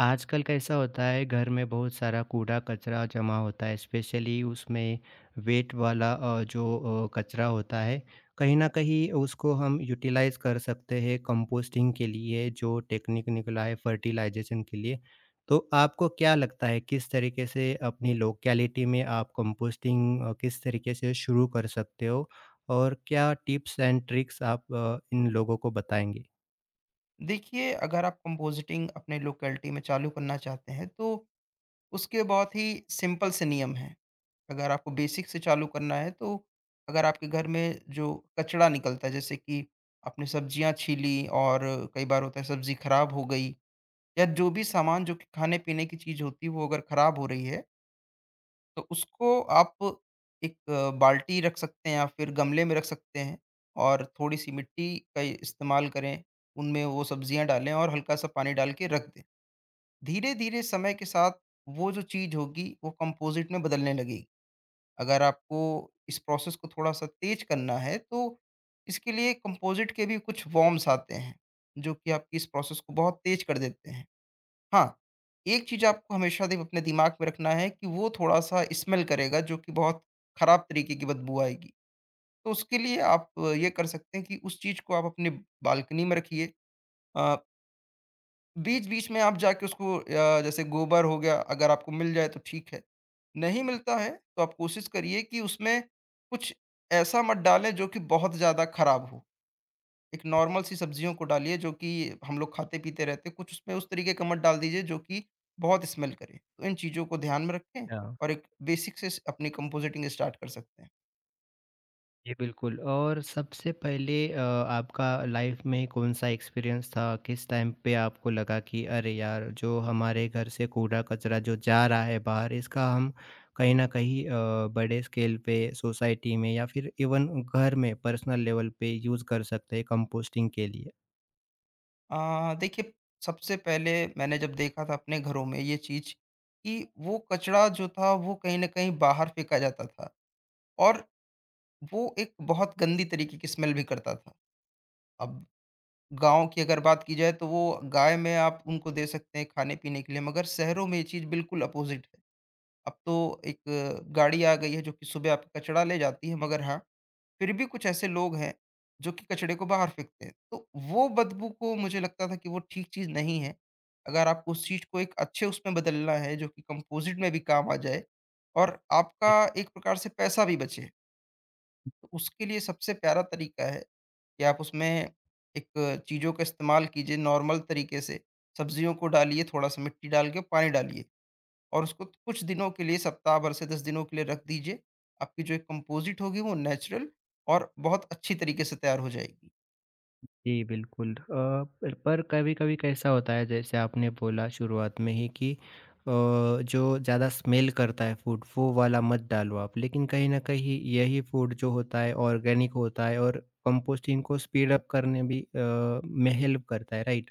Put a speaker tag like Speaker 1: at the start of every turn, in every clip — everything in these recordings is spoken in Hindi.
Speaker 1: आजकल कैसा होता है घर में बहुत सारा कूड़ा-कचरा जमा होता है स्पेशली उसमें वेट वाला जो कचरा होता है, कहीं न कहीं उसको हम यूटिलाइज़ कर सकते हैं कंपोस्टिंग के लिए जो टेक्निक निकला है फर्टिलाइज़ेशन के लिए। तो आपको क्या लगता है किस तरीके से अपनी लोकैलिटी में आप कंपोस्टिंग किस तरीके से शुरू कर सकते हो? और क्या टिप्स एंड ट्रिक्स आप इन लोगों को बताएँगे?
Speaker 2: देखिए, अगर आप कंपोस्टिंग अपने लोकेलिटी में चालू करना चाहते हैं, तो उसके बहुत ही सिंपल से नियम हैं। अगर आपको बेसिक से चालू करना है, तो अगर आपके घर में जो कचरा निकलता है, जैसे कि आपने सब्जियाँ छीलीं और कई बार होता है सब्ज़ी खराब हो गई या जो भी सामान जो कि खाने-पीने की चीज़ होती है, वो अगर खराब हो रही है, तो उसको आप एक बाल्टी रख सकते हैं या फिर गमले में रख सकते हैं और थोड़ी-सी मिट्टी का इस्तेमाल करें, उनमें वो सब्जियाँ डालें और हल्का-सा पानी डाल के रख दें। धीरे-धीरे समय के साथ वो जो चीज़ होगी वो कंपोज़िट में बदलने लगेगी। अगर आपको इस प्रोसेस को थोड़ा-सा तेज़ करना है तो इसके लिए कंपोज़िट के भी कुछ फ़ॉर्म्स आते हैं, जो कि आपकी इस प्रोसेस को बहुत तेज़ कर देते हैं। हाँ, एक चीज़ आपको हमेशा दि अपने दिमाग में रखना है कि वो थोड़ा-सा स्मेल करेगा जो कि बहुत खराब तरीके की बदबू आएगी। तो उसके लिए आप ये कर सकते हैं कि उस चीज़ को आप अपने बालकनी में रखिए। अ, बीच-बीच में आप जाके उसको जैसे गोबर हो गया अगर आपको मिल जाए तो ठीक है, नहीं मिलता है तो आप कोशिश करिए कि उसमें कुछ ऐसा मत डालें जो कि बहुत ज़्यादा खराब हो। एक नॉर्मल सी सब्जियों को डालिए जो कि हम लोग खाते-पीते रहते हैं, कुछ उसमें उस तरीके का मत डाल दीजिए जो कि बहुत स्मेल करे। तो इन चीज़ों को ध्यान में रखें और एक बेसिक से स अपनी कंपोस्टिंग स्टार्ट कर सकते हैं।
Speaker 1: जी, बिल्कुल। और सबसे पहले आपका लाइफ में कौन-सा एक्सपीरियंस था? किस टाइम पे आपको लगा कि अरे यार! जो हमारे घर से कूड़ा-कचरा जो जा रहा है बाहर इसका हम कहीं न कहीं बड़े स्केल पे सोसाइटी में या फिर इवन घर में पर्सनल लेवल पे यूज़ कर सकते हैं कंपोस्टिंग के लिए?
Speaker 2: देखिए, सबसे पहले मैंने जब देखा था अपने घरों में ये चीज़ कि वो कचरा जो था वो कहीं न कहीं बाहर फेंका जाता था और वो एक बहुत गंदी तरीके की स्मेल भी करता था। अब गाँव की अगर बात की जाए तो वो गाय में आप उनको दे सकते हैं खाने-पीने के लिए, मगर शहरों में ये चीज़ बिल्कुल अपोज़िट है। अब तो एक गाड़ी आ गई है जो कि सुबह आपका कचड़ा ले जाती है, मगर हाँ, फिर भी कुछ ऐसे लोग हैं जो कि कचड़े को बाहर फेंकते हैं। तो वो बदबू को मुझे लगता था कि वो ठीक चीज़ नहीं है। अगर आपको उस चीज़ को एक अच्छे उसमें बदलना है जो कि कंपोज़िट में भी काम आ जाए और आपका एक प्रकार से पैसा भी बचे, तो उसके लिए सबसे प्यारा तरीका है कि आप उसमें एक चीज़ों का इस्तेमाल कीजिए नॉर्मल तरीके से। सब्जियों को डालिए, थोड़ा-सा मिट्टी डाल के पानी डालिए। और उसको कुछ दिनों के लिए, सप्ताह भर से 10 दिनों के लिए रख दीजिए। आपकी जो एक कंपोज़िट होगी वो नेचुरल और बहुत अच्छी तरीके से तैयार हो जाएगी।
Speaker 1: जी, बिल्कुल। पर कभी-कभी कैसा होता है जैसे आपने बोला शुरुआत में ही कि जो ज़्यादा स्मेल करता है फूड वो वाला मत डालो आप। लेकिन कहीं न कहीं यही फूड जो होता है ऑर्गेनिक होता है और कंपोस्टिंग को स्पीड अप करने भी में हेल्प करता है, राइट?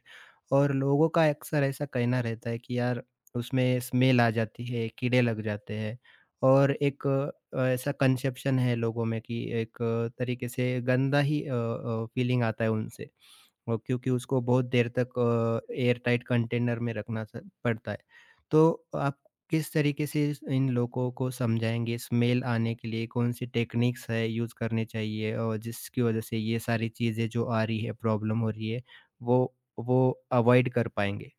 Speaker 1: और लोगों का अक्सर ऐसा कहना रहता है कि यार उसमें स्मेल आ जाती है, कीड़े लग जाते हैं। और एक ऐसा कंसेप्शन है लोगों में कि एक तरीके से गंदा ही फीलिंग आता है उनसे। क्योंकि उसको बहुत देर तक एयर टाइट कंटेनर में रखना स पड़ता है। तो आप किस तरीके से इस इन लोगों को समझाएँगे स्मेल आने के लिए कौन-सी टेक्निक्स है यूज़ करनी चाहिए और जिसकी वजह से ये सारी चीज़ें जो आ रही है, प्रॉब्लम हो रही है, वो वो अवॉइड कर पाएँगे?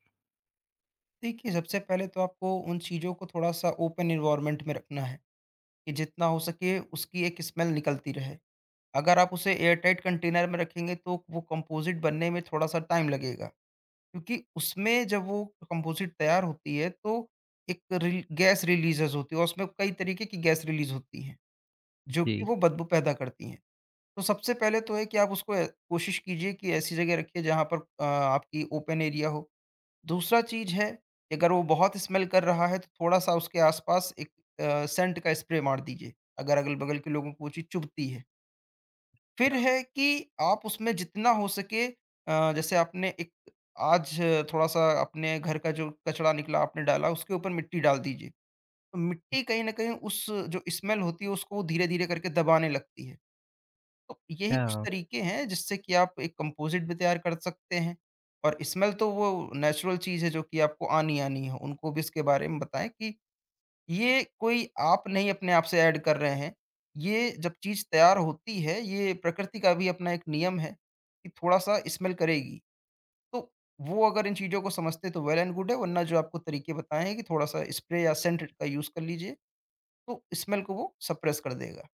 Speaker 2: देखिए, सबसे पहले तो आपको उन चीज़ों को थोड़ा-सा ओपन एनवायरनमेंट में रखना है कि जितना हो सके उसकी एक स्मेल निकलती रहे। अगर आप उसे एयरटाइट कंटेनर में रखेंगे तो वो कंपोज़िट बनने में थोड़ा-सा टाइम लगेगा, क्योंकि उसमें जब वो कंपोज़िट तैयार होती है तो एक रिल गैस रिलीज़ेज़ होती है और उसमें कई तरीके की गैस रिलीज़ होती हैं, जो
Speaker 1: जी।
Speaker 2: कि वो बदबू पैदा करती हैं। तो सबसे पहले तो है कि आप उसको ए कोशिश कीजिए कि ऐसी जगह रखिए जहाँ पर आपकी ओपन एरिया हो। दूसरा चीज़ है कि अगर वो बहुत स्मेल कर रहा है तो थोड़ा-सा उसके आस-पास एक सेंट का स्प्रे मार दीजिए, अगर अगल-बगल के लोगों को वो चीज़ चुभती है। फिर है कि आप उसमें जितना हो सके जैसे आपने एक आज थोड़ा-सा अपने घर का जो कचरा निकला आपने डाला उसके ऊपर मिट्टी डाल दीजिए। तो मिट्टी कहीं न कहीं उस जो स्मेल होती है उसको धीरे-धीरे करके दबाने लगती है। तो यही कुछ
Speaker 1: क्या
Speaker 2: तरीके हैं जिससे कि आप एक कंपोज़िट भी तैयार कर सकते हैं और स्मेल तो वो नेचुरल चीज़ है जो कि आपको आनी-आनी है। उनको भी इसके बारे में बताएँ कि ये कोई आप नहीं अपने आप से ऐड कर रहे हैं। ये जब चीज़ तैयार होती है, ये प्रकृति का भी अपना एक नियम है कि थोड़ा-सा स्मेल करेगी। तो वो अगर इन चीज़ों को समझते हैं तो वेल एंड गुड है, वरना जो आपको तरीके बताएँ हैं कि थोड़ा-सा स्प्रे या सेंट का यूज़ कर लीजिए, तो स्मेल को वो सप्रेस कर देगा।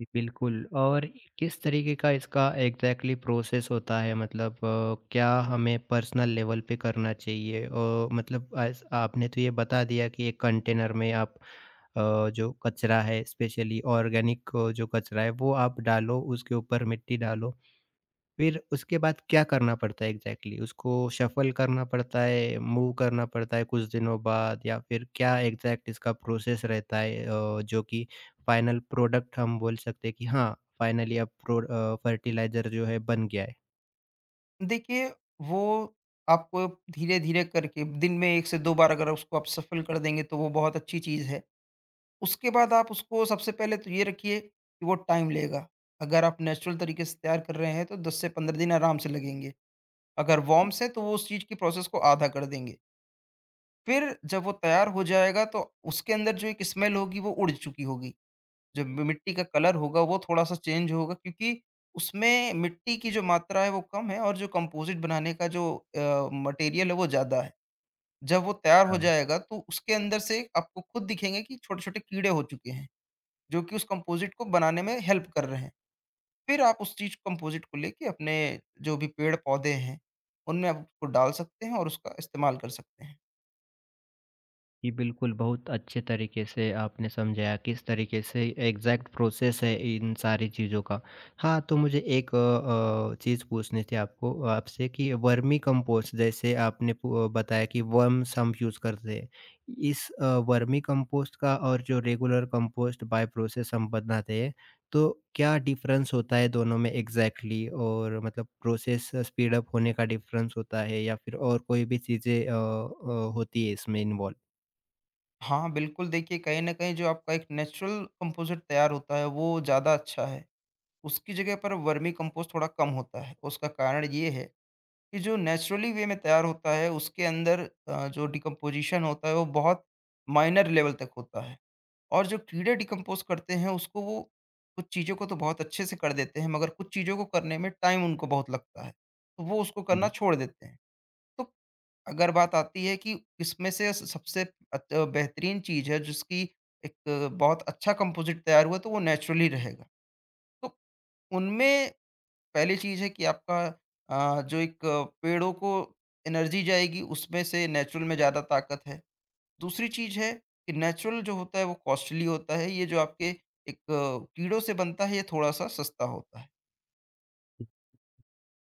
Speaker 1: जी, बिल्कुल। और किस तरीके का इसका एग्जैक्टली exactly प्रोसेस होता है, मतलब क्या हमें पर्सनल लेवल पे करना चाहिए? और मतलब आज आपने तो ये बता दिया कि एक कंटेनर में आप जो कचरा है स्पेशली ऑर्गेनिक जो कचरा है वो आप डालो, उसके ऊपर मिट्टी डालो, फिर उसके बाद क्या करना पड़ता है एग्ज़ैक्टली exactly? उसको शफ़ल करना पड़ता है, मूव करना पड़ता है कुछ दिनों बाद या फिर क्या एग्ज़ैक्ट इसका प्रोसेस रहता है जो कि फाइनल प्रोडक्ट हम बोल सकते हैं कि हाँ, फाइनली अब फर्टिलाइज़र जो है बन गया है?
Speaker 2: देखिए, वो आपको धीरे-धीरे करके दिन में 1 से 2 बार अगर उसको आप सफल कर देंगे तो वो बहुत अच्छी चीज़ है। उसके बाद आप उसको सबसे पहले तो ये रखिए कि वो टाइम लेगा। अगर आप नेचुरल तरीके से तैयार कर रहे हैं तो 10 से 15 दिन आराम से लगेंगे। अगर वॉर्म्स हैं तो वो उस चीज़ की प्रोसेस को आधा कर देंगे। फिर जब वो तैयार हो जाएगा तो उसके अंदर जो एक स्मेल होगी वो उड़ चुकी होगी। जो मि मिट्टी का कलर होगा वो थोड़ा-सा चेंज होगा, क्योंकि उसमें मिट्टी की जो मात्रा है वो कम है और जो कंपोज़िट बनाने का जो मटेरियल है वो ज़्यादा है। जब वो तैयार हो
Speaker 1: हाँ।
Speaker 2: जाएगा तो उसके अंदर से आपको खुद दिखेंगे कि छोटे-छोटे कीड़े हो चुके हैं, जो कि उस कंपोज़िट को बनाने में हेल्प कर रहे हैं। फिर आप उस चीज़ कंपोज़िट को लेके अपने जो भी पेड़-पौधे हैं, उनमें आप उसको डाल सकते हैं और उसका इस्तेमाल कर सकते हैं।
Speaker 1: जी, बिल्कुल, बहुत अच्छे तरीके से आपने समझाया किस तरीके से एग्ज़ैक्ट प्रोसेस है इन सारी चीज़ों का। हाँ, तो मुझे एक चीज़ पूछनी थी आपको आपसे कि वर्मी कंपोस्ट जैसे आपने पु बताया कि वर्म्स हम यूज़ करते हैं। इस वर्मी कंपोस्ट का और जो रेगुलर कंपोस्ट बाय प्रोसेस हम बनाते हैं, तो क्या डिफ़रेंस होता है दोनों में एग्ज़ैक्टली? और मतलब प्रोसेस स्पीड अप होने का डिफ़रेंस होता है या फिर और कोई भी चीज़ें होती है इसमें इन्वॉल्व?
Speaker 2: हाँ, बिल्कुल। देखिए, कहीं न कहीं जो आपका एक नेचुरल कंपोज़िट तैयार होता है वो ज़्यादा अच्छा है। उसकी जगह पर वर्मी कंपोस्ट थोड़ा कम होता है। उसका कारण ये है कि जो नेचुरली वे में तैयार होता है उसके अंदर जो डिकम्पोज़िशन होता है वो बहुत माइनर लेवल तक होता है और जो कीड़े डिकम्पोज़ करते हैं उसको वो कुछ चीज़ों को तो बहुत अच्छे से कर देते हैं मगर कुछ चीज़ों को करने में टाइम उनको बहुत लगता है। तो वो उसको करना
Speaker 1: जी।
Speaker 2: छोड़ देते हैं। तो अगर बात आती है कि इसमें से स सबसे अत बेहतरीन चीज़ है जिसकी एक बहुत अच्छा कंपोज़िट तैयार हुआ तो वो नेचुरली रहेगा। तो उनमें पहली चीज़ है कि आपका जो एक पेड़ों को एनर्जी जाएगी उसमें से नेचुरल में ज़्यादा ताकत है। दूसरी चीज़ है कि नेचुरल जो होता है वो कॉस्टली होता है, ये जो आपके एक कीड़ों से बनता है ये थोड़ा-सा सस्ता होता है।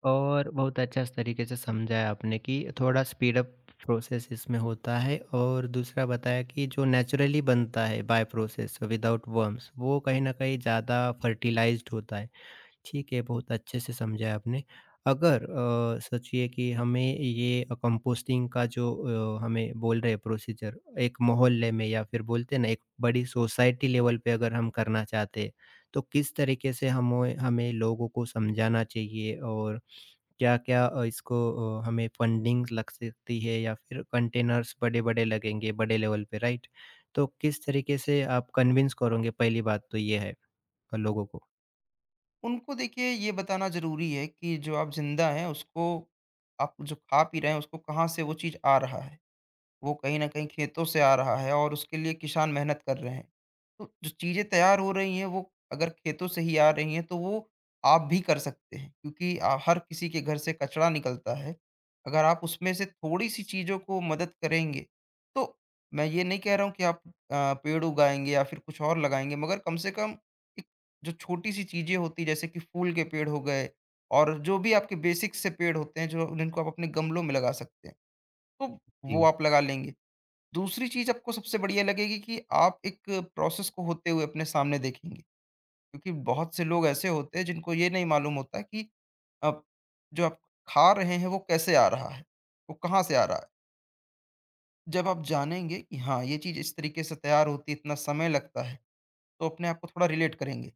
Speaker 1: और बहुत अच्छा इस तरीके से समझाया आपने कि थोड़ा स्पीड अप प्रोसेस इसमें होता है और दूसरा बताया कि जो नेचुरली बनता है बाय प्रोसेस विदाउट वर्म्स वो कहीं ना कहीं ज़्यादा फर्टिलाइज्ड होता है। ठीक है, बहुत अच्छे से समझाया आपने। अगर सोचिए कि हमें ये कंपोस्टिंग का जो हमें बोल रहे हैं प्रोसीजर, एक मोहल्ले में या फिर बोलते हैं ना, एक बड़ी सोसाइटी लेवल पे अगर हम करना चाहते हैं, तो किस तरीके से हमें हमें लोगों को समझाना चाहिए? और क्या-क्या इसको हमें फंडिंग लग सकती है या फिर कंटेनर्स बड़े-बड़े लगेंगे, बड़े लेवल पे, राइट? तो किस तरीके से आप कन्विंस करोगे, पहली बात तो ये है, लोगों को?
Speaker 2: उनको देखिए, ये बताना ज़रूरी है कि जो आप ज़िंदा हैं उसको, आप जो खा पी रहे हैं उसको कहाँ से वो चीज़ आ रहा है। वो कहीं न कहीं खेतों से आ रहा है और उसके लिए किसान मेहनत कर रहे हैं। तो जो चीज़ें तैयार हो रही हैं वो अगर खेतों से ही आ रही हैं तो वो आप भी कर सकते हैं, क्योंकि हर किसी के घर से कचरा निकलता है। अगर आप उसमें से थोड़ी-सी चीज़ों को मदद करेंगे, तो मैं ये नहीं कह रहा हूँ कि आप पेड़ उगाएँगे या फिर कुछ और लगाएँगे, मगर कम से कम एक जो छोटी-सी चीज़ें होती हैं जैसे कि फूल के पेड़ हो गए और जो भी आपके बेसिक से पेड़ होते हैं जो जिनको आप अपने गमलों में लगा सकते हैं, तो वो
Speaker 1: जी,
Speaker 2: आप लगा लेंगे। दूसरी चीज़ आपको सबसे बढ़िया लगेगी कि आप एक प्रोसेस को होते हुए अपने सामने देखेंगे। क्योंकि बहुत से लोग ऐसे होते हैं जिनको ये नहीं मालूम होता कि आप जो आप खा रहे हैं वो कैसे आ रहा है? वो कहाँ से आ रहा है? जब आप जानेंगे कि हाँ, ये चीज़ इस तरीके से तैयार होती है, इतना समय लगता है, तो अपने आप को थोड़ा रिलेट करेंगे।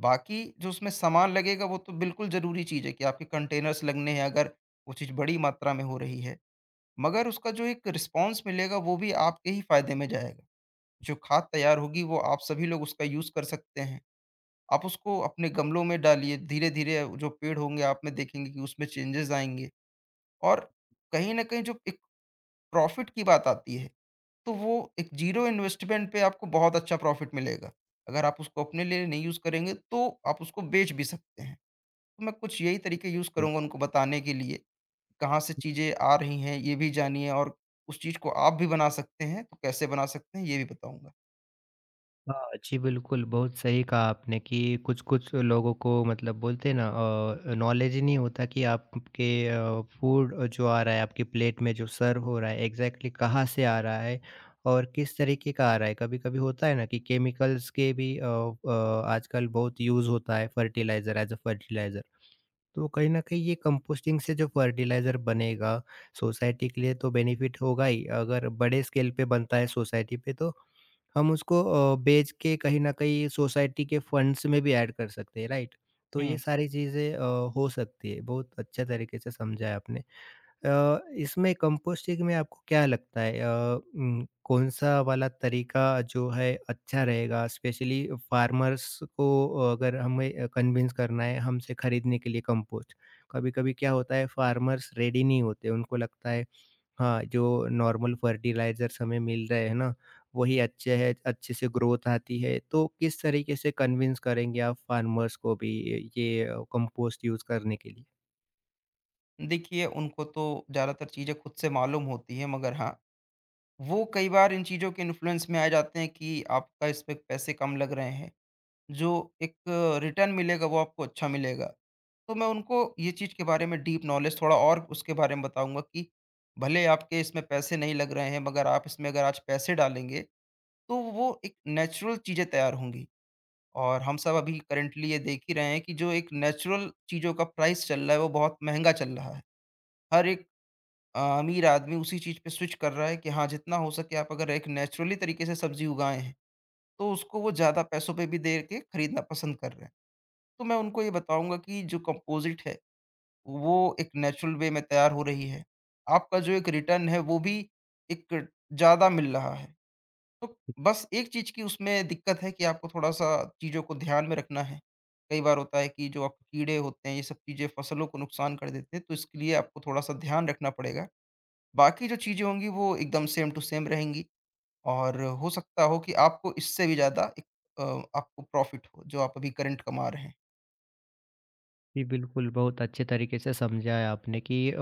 Speaker 2: बाकी जो उसमें सामान लगेगा वो तो बिल्कुल ज़रूरी चीज़ है कि आपके कंटेनर्स लगने हैं अगर वो चीज़ बड़ी मात्रा में हो रही है। मगर उसका जो एक रिस्पॉन्स मिलेगा वो भी आपके ही फ़ायदे में जाएगा। जो खाद तैयार होगी वो आप सभी लोग उसका यूज़ कर सकते हैं। आप उसको अपने गमलों में डालिए, धीरे-धीरे जो पेड़ होंगे आप में देखेंगे कि उसमें चेंजेज़ आएँगे और कहीं न कहीं जो एक प्रॉफ़िट की बात आती है, तो वो एक ज़ीरो इन्वेस्टमेंट पे आपको बहुत अच्छा प्रॉफ़िट मिलेगा। अगर आप उसको अपने लिए नहीं यूज़ करेंगे तो आप उसको बेच भी सकते हैं। तो मैं कुछ यही तरीके यूज़
Speaker 1: बोलिए।
Speaker 2: करूँगा उनको बताने के लिए, कहाँ से चीज़ें आ रही हैं ये भी जानिए और उस चीज़ को आप भी बना सकते हैं, तो कैसे बना सकते हैं ये भी बताऊँगा।
Speaker 1: हाँ, जी बिल्कुल, बहुत सही कहा आपने कि कुछ-कुछ लोगों को मतलब बोलते हैं ना नॉलेज ही नहीं होता कि आपके फूड जो आ रहा है आपकी प्लेट में जो सर्व हो रहा है एग्ज़ैक्टली कहाँ से आ रहा है और किस तरीके का आ रहा है। कभी-कभी होता है ना कि केमिकल्स के भी आजकल बहुत यूज़ होता है फर्टिलाइज़र एज़ अ फर्टिलाइज़र। तो कहीं न कहीं ये कंपोस्टिंग से जो फर्टिलाइज़र बनेगा सोसाइटी के लिए तो बेनिफिट होगा ही, अगर बड़े स्केल पे बनता है सोसाइटी पे तो हम उसको बेच के कहीं न कहीं सोसाइटी के फंड्स में भी ऐड कर सकते हैं, राइट? तो ये
Speaker 2: हुँ।
Speaker 1: सारी चीज़ें हो सकती है, बहुत अच्छे तरीके से समझा है आपने। इसमें कंपोस्टिंग में आपको क्या लगता है कौन-सा वाला तरीका जो है अच्छा रहेगा? स्पेशली फार्मर्स को अगर हमें कन्विंस करना है हमसे खरीदने के लिए कंपोस्ट, कभी-कभी क्या होता है फार्मर्स रेडी नहीं होते, उनको लगता है हाँ, जो नॉर्मल फर्टिलाइज़र्स हमें मिल रहे हैं ना, वही अच्छे हैं, अच्छे से ग्रोथ आती है। तो किस तरीके से कन्विंस करेंगे आप फार्मर्स को भी ये कंपोस्ट यूज़ करने के लिए?
Speaker 2: देखिए, उनको तो ज़्यादातर चीज़ें खुद से मालूम होती हैं, मगर हाँ, वो कई बार इन चीज़ों के इन्फ्लुएंस में आ जाते हैं कि आपका इस पे पैसे कम लग रहे हैं, जो एक रिटर्न मिलेगा वो आपको अच्छा मिलेगा। तो मैं उनको ये चीज़ के बारे में डीप नॉलेज थोड़ा और उसके बारे में बताऊँगा कि भले आपके इसमें पैसे नहीं लग रहे हैं, मगर आप इसमें अगर आज पैसे डालेंगे, तो वो एक नेचुरल चीज़ें तैयार होंगी। और हम सब अभी करंटली ये देख ही रहे हैं कि जो एक नेचुरल चीज़ों का प्राइस चल रहा है, वो बहुत महँगा चल रहा है। हर एक अमीर आदमी उसी चीज़ पे स्विच कर रहा है कि हाँ, जितना हो सके आप अगर एक नेचुरली तरीके से सब्ज़ी उगाएँ हैं, तो उसको वो ज़्यादा पैसों पे भी दे के खरीदना पसंद कर रहे हैं। तो मैं उनको ये बताऊँगा कि जो कंपोज़िट है, वो एक नेचुरल वे में तैयार हो रही है। आपका जो एक रिटर्न है, वो भी एक ज़्यादा मिल रहा है। तो बस एक चीज़ की उसमें दिक्कत है कि आपको थोड़ा-सा चीज़ों को ध्यान में रखना है। कई बार होता है कि जो आपके कीड़े होते हैं, ये सब चीज़ें फ़सलों को नुकसान कर देते हैं, तो इसके लिए आपको थोड़ा-सा ध्यान रखना पड़ेगा। बाकी जो चीज़ें होंगी वो एकदम सेम टू सेम रहेंगी और हो सकता हो कि आपको इससे भी ज़्यादा एक अ, आपको प्रॉफ़िट हो जो आप अभी करंट कमा रहे हैं।
Speaker 1: जी, बिल्कुल, बहुत अच्छे तरीके से समझाया आपने कि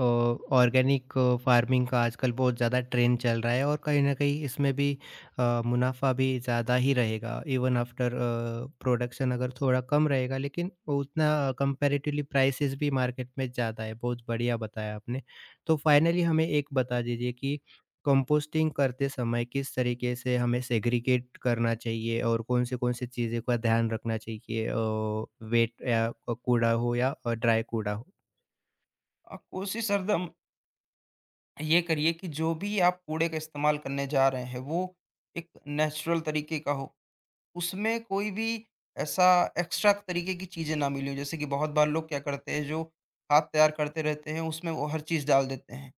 Speaker 1: ऑर्गेनिक फार्मिंग का आजकल बहुत ज़्यादा ट्रेंड चल रहा है और कहीं न कहीं इसमें भी मुनाफ़ा भी ज़्यादा ही रहेगा। इवन आफ्टर प्रोडक्शन अगर थोड़ा कम रहेगा लेकिन उतना कंपैरेटिवली प्राइसेज़ भी मार्केट में ज़्यादा है। बहुत बढ़िया बताया आपने। तो फाइनली हमें एक बता दीजिए कि कंपोस्टिंग करते समय किस तरीके से हमें सेग्रीगेट करना चाहिए और कौन-से-कौन से कौन से चीज़ों का ध्यान रखना चाहिए, वेट या कूड़ा हो या ड्राई कूड़ा हो?
Speaker 2: कोशिश हरदम ये करिए कि जो भी आप कूड़े का इस्तेमाल करने जा रहे हैं वो एक नेचुरल तरीके का हो। उसमें कोई भी ऐसा एक्स्ट्रा तरीके की चीज़ें ना मिली हों। जैसे कि बहुत बार लोग क्या करते हैं, जो खाद तैयार करते रहते हैं उसमें वो हर चीज़ डाल देते हैं।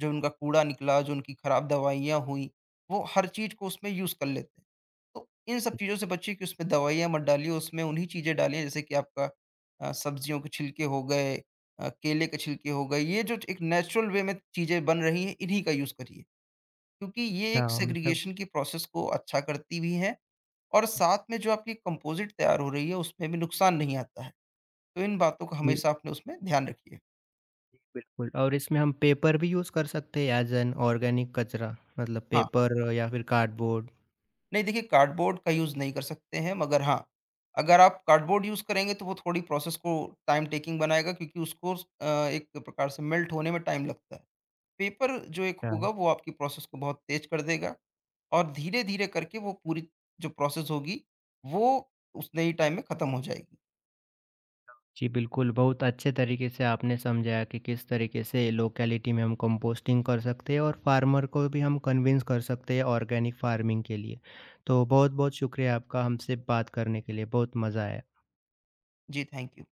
Speaker 2: जो उनका कूड़ा निकला, जो उनकी खराब दवाइयाँ हुई, वो हर चीज़ को उसमें यूज़ कर लेते हैं। तो इन सब चीज़ों से बचिए कि उसमें दवाइयाँ मत डालिए, उसमें उन्हीं चीज़ें डालिए जैसे कि आपका सब्जियों के छिलके हो गए, केले के छिलके हो गए, ये जो एक नेचुरल वे में चीज़ें बन रही हैं, इन्हीं का यूज़ करिए। क्योंकि ये एक
Speaker 1: अच्छा, मतलब
Speaker 2: सेग्रीगेशन की प्रोसेस को अच्छा करती भी हैं और साथ में जो आपकी कंपोज़िट तैयार हो रही है, उसमें भी नुकसान नहीं आता है। तो इन बातों का
Speaker 1: ये
Speaker 2: हमेशा अपने उसमें ध्यान रखिए।
Speaker 1: ये बिल्कुल। और इसमें हम पेपर भी यूज़ कर सकते हैं एज़ एन ऑर्गेनिक कचरा, मतलब
Speaker 2: हाँ।
Speaker 1: पेपर या फिर कार्डबोर्ड।
Speaker 2: नहीं, देखिए, कार्डबोर्ड का यूज़ नहीं कर सकते हैं, मगर हाँ, अगर आप कार्डबोर्ड यूज़ करेंगे तो वो थोड़ी प्रोसेस को टाइम टेकिंग बनाएगा, क्योंकि उसको एक प्रकार से मेल्ट होने में टाइम लगता है। पेपर जो एक होगा वो आपकी प्रोसेस को बहुत तेज़ कर देगा और धीरे-धीरे करके वो पूरी जो प्रोसेस होगी वो उतने ही टाइम में खत्म हो जाएगी।
Speaker 1: जी, बिल्कुल, बहुत अच्छे तरीके से आपने समझाया कि किस तरीके से लोकेलिटी में हम कंपोस्टिंग कर सकते हैं और फार्मर को भी हम कन्विंस कर सकते हैं ऑर्गेनिक फार्मिंग के लिए। तो बहुत-बहुत शुक्रिया आपका हमसे बात करने के लिए, बहुत मज़ा आया।
Speaker 2: जी, थैंक यू।